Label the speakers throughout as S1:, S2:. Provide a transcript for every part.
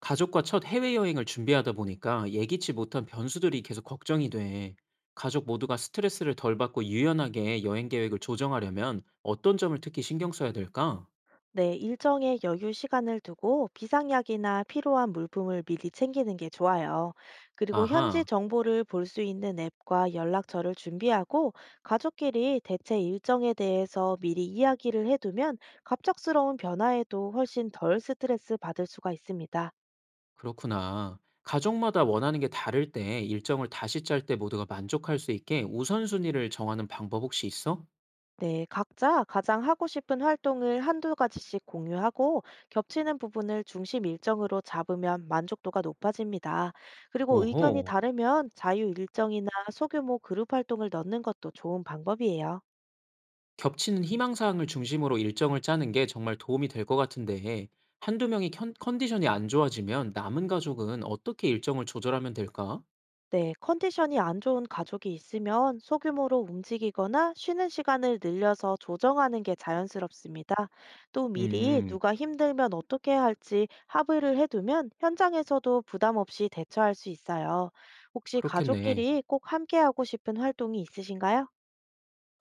S1: 가족과 첫 해외여행을 준비하다 보니까 예기치 못한 변수들이 계속 걱정이 돼. 가족 모두가 스트레스를 덜 받고 유연하게 여행 계획을 조정하려면 어떤 점을 특히 신경 써야 될까?
S2: 네, 일정의 여유 시간을 두고 비상약이나 필요한 물품을 미리 챙기는 게 좋아요. 그리고 현지
S1: 아하,
S2: 정보를 볼 수 있는 앱과 연락처를 준비하고 가족끼리 대체 일정에 대해서 미리 이야기를 해두면 갑작스러운 변화에도 훨씬 덜 스트레스 받을 수가 있습니다.
S1: 그렇구나. 가족마다 원하는 게 다를 때 일정을 다시 짤 때 모두가 만족할 수 있게 우선순위를 정하는 방법 혹시 있어?
S2: 네, 각자 가장 하고 싶은 활동을 한두 가지씩 공유하고 겹치는 부분을 중심 일정으로 잡으면 만족도가 높아집니다. 그리고 의견이
S1: 오호.
S2: 다르면 자유 일정이나 소규모 그룹 활동을 넣는 것도 좋은 방법이에요.
S1: 겹치는 희망사항을 중심으로 일정을 짜는 게 정말 도움이 될 것 같은데, 한두 명이 컨디션이 안 좋아지면 남은 가족은 어떻게 일정을 조절하면 될까?
S2: 네, 컨디션이 안 좋은 가족이 있으면 소규모로 움직이거나 쉬는 시간을 늘려서 조정하는 게 자연스럽습니다. 또 미리
S1: 음,
S2: 누가 힘들면 어떻게 해야 할지 합의를 해두면 현장에서도 부담 없이 대처할 수 있어요. 혹시
S1: 그렇겠네.
S2: 가족끼리 꼭 함께하고 싶은 활동이 있으신가요?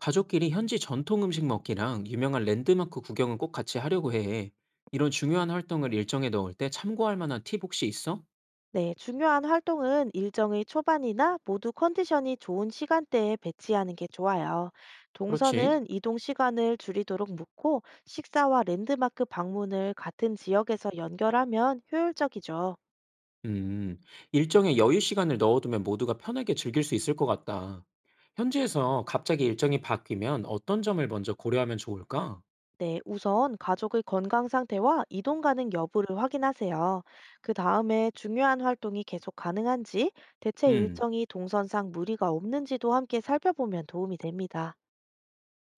S1: 가족끼리 현지 전통 음식 먹기랑 유명한 랜드마크 구경은 꼭 같이 하려고 해. 이런 중요한 활동을 일정에 넣을 때 참고할 만한 팁 혹시 있어?
S2: 네, 중요한 활동은 일정의 초반이나 모두 컨디션이 좋은 시간대에 배치하는 게 좋아요.
S1: 그렇지.
S2: 동선은 이동 시간을 줄이도록 묻고 식사와 랜드마크 방문을 같은 지역에서 연결하면 효율적이죠.
S1: 음, 일정에 여유 시간을 넣어두면 모두가 편하게 즐길 수 있을 것 같다. 현지에서 갑자기 일정이 바뀌면 어떤 점을 먼저 고려하면 좋을까?
S2: 네, 우선 가족의 건강 상태와 이동 가능 여부를 확인하세요. 그 다음에 중요한 활동이 계속 가능한지, 대체
S1: 음,
S2: 일정이 동선상 무리가 없는지도 함께 살펴보면 도움이 됩니다.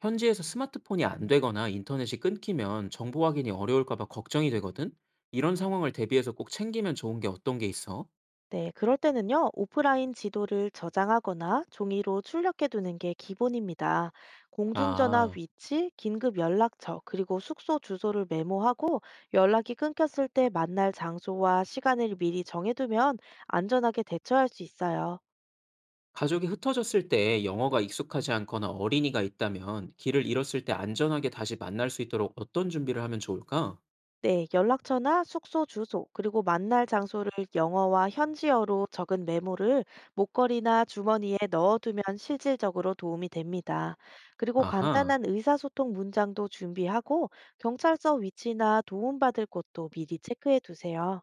S1: 현지에서 스마트폰이 안 되거나 인터넷이 끊기면 정보 확인이 어려울까 봐 걱정이 되거든? 이런 상황을 대비해서 꼭 챙기면 좋은 게 어떤 게 있어?
S2: 네, 그럴 때는요, 오프라인 지도를 저장하거나 종이로 출력해 두는 게 기본입니다. 공중전화
S1: 아,
S2: 위치, 긴급 연락처, 그리고 숙소 주소를 메모하고 연락이 끊겼을 때 만날 장소와 시간을 미리 정해두면 안전하게 대처할 수 있어요.
S1: 가족이 흩어졌을 때 영어가 익숙하지 않거나 어린이가 있다면 길을 잃었을 때 안전하게 다시 만날 수 있도록 어떤 준비를 하면 좋을까?
S2: 네, 연락처나 숙소 주소, 그리고 만날 장소를 영어와 현지어로 적은 메모를 목걸이나 주머니에 넣어두면 실질적으로 도움이 됩니다. 그리고
S1: 아하,
S2: 간단한 의사소통 문장도 준비하고 경찰서 위치나 도움받을 곳도 미리 체크해 두세요.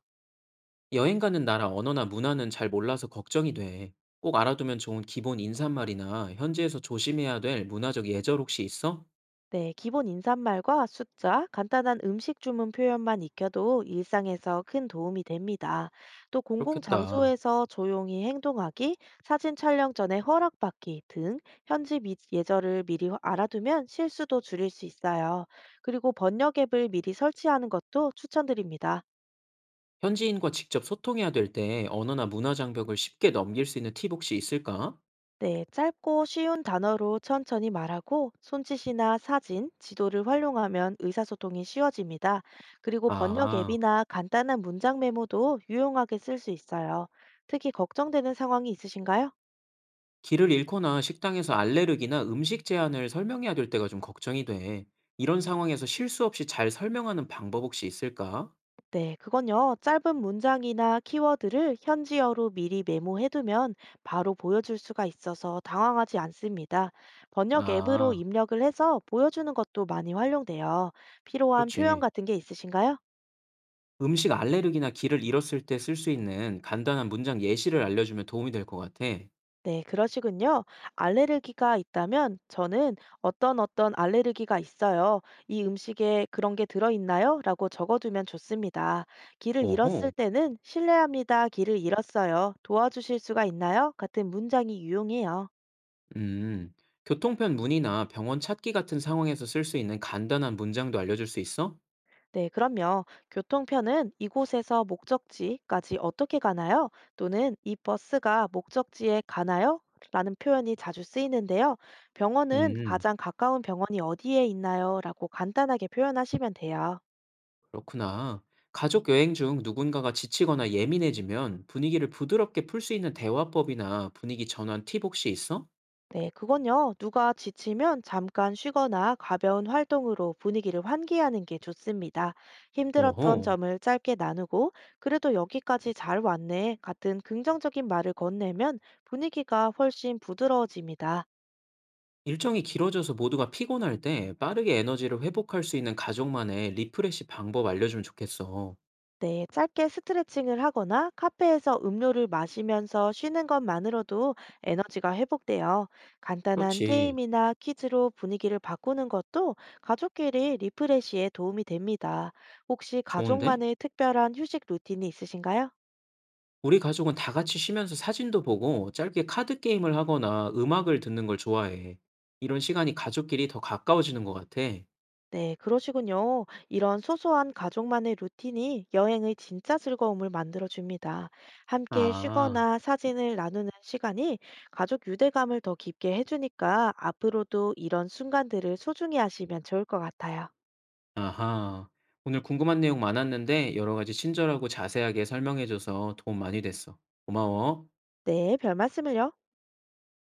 S1: 여행 가는 나라 언어나 문화는 잘 몰라서 걱정이 돼. 꼭 알아두면 좋은 기본 인사말이나 현지에서 조심해야 될 문화적 예절 혹시 있어?
S2: 네, 기본 인사말과 숫자, 간단한 음식 주문 표현만 익혀도 일상에서 큰 도움이 됩니다. 또
S1: 그렇겠다.
S2: 공공장소에서 조용히 행동하기, 사진 촬영 전에 허락받기 등 현지 예절을 미리 알아두면 실수도 줄일 수 있어요. 그리고 번역 앱을 미리 설치하는 것도 추천드립니다.
S1: 현지인과 직접 소통해야 될 때 언어나 문화 장벽을 쉽게 넘길 수 있는 팁 혹시 있을까?
S2: 네, 짧고 쉬운 단어로 천천히 말하고 손짓이나 사진, 지도를 활용하면 의사소통이 쉬워집니다. 그리고 번역
S1: 아,
S2: 앱이나 간단한 문장 메모도 유용하게 쓸 수 있어요. 특히 걱정되는 상황이 있으신가요?
S1: 길을 잃거나 식당에서 알레르기나 음식 제한을 설명해야 될 때가 좀 걱정이 돼. 이런 상황에서 실수 없이 잘 설명하는 방법 혹시 있을까?
S2: 네, 그건요. 짧은 문장이나 키워드를 현지어로 미리 메모해두면 바로 보여줄 수가 있어서 당황하지 않습니다. 번역 앱으로
S1: 아,
S2: 입력을 해서 보여주는 것도 많이 활용돼요. 필요한 표현
S1: 그렇지.
S2: 같은 게 있으신가요?
S1: 음식 알레르기나 길을 잃었을 때 쓸 수 있는 간단한 문장 예시를 알려주면 도움이 될 것 같아.
S2: 네, 그러시군요. 알레르기가 있다면 저는 어떤 알레르기가 있어요. 이 음식에 그런 게 들어있나요? 라고 적어두면 좋습니다. 길을 잃었을
S1: 오호,
S2: 때는 실례합니다. 길을 잃었어요. 도와주실 수가 있나요? 같은 문장이 유용해요.
S1: 음. 교통편 문의나 병원 찾기 같은 상황에서 쓸 수 있는 간단한 문장도 알려줄 수 있어?
S2: 네, 그럼요. 교통편은 이곳에서 목적지까지 어떻게 가나요? 또는 이 버스가 목적지에 가나요? 라는 표현이 자주 쓰이는데요. 병원은
S1: 음.
S2: 가장 가까운 병원이 어디에 있나요? 라고 간단하게 표현하시면 돼요.
S1: 그렇구나. 가족 여행 중 누군가가 지치거나 예민해지면 분위기를 부드럽게 풀 수 있는 대화법이나 분위기 전환 팁 혹시 있어?
S2: 네, 그건요. 누가 지치면 잠깐 쉬거나 가벼운 활동으로 분위기를 환기하는 게 좋습니다. 힘들었던
S1: 오호.
S2: 점을 짧게 나누고, 그래도 여기까지 잘 왔네 같은 긍정적인 말을 건네면 분위기가 훨씬 부드러워집니다.
S1: 일정이 길어져서 모두가 피곤할 때 빠르게 에너지를 회복할 수 있는 가족만의 리프레시 방법 알려주면 좋겠어.
S2: 네, 짧게 스트레칭을 하거나 카페에서 음료를 마시면서 쉬는 것만으로도 에너지가 회복돼요. 간단한
S1: 그렇지.
S2: 게임이나 퀴즈로 분위기를 바꾸는 것도 가족끼리 리프레시에 도움이 됩니다. 혹시
S1: 좋은데?
S2: 가족만의 특별한 휴식 루틴이 있으신가요?
S1: 우리 가족은 다 같이 쉬면서 사진도 보고 짧게 카드 게임을 하거나 음악을 듣는 걸 좋아해. 이런 시간이 가족끼리 더 가까워지는 것 같아.
S2: 네, 그러시군요. 이런 소소한 가족만의 루틴이 여행의 진짜 즐거움을 만들어줍니다. 함께
S1: 아.
S2: 쉬거나 사진을 나누는 시간이 가족 유대감을 더 깊게 해주니까 앞으로도 이런 순간들을 소중히 하시면 좋을 것 같아요.
S1: 아하. 오늘 궁금한 내용 많았는데 여러 가지 친절하고 자세하게 설명해줘서 도움 많이 됐어. 고마워.
S2: 네, 별 말씀을요.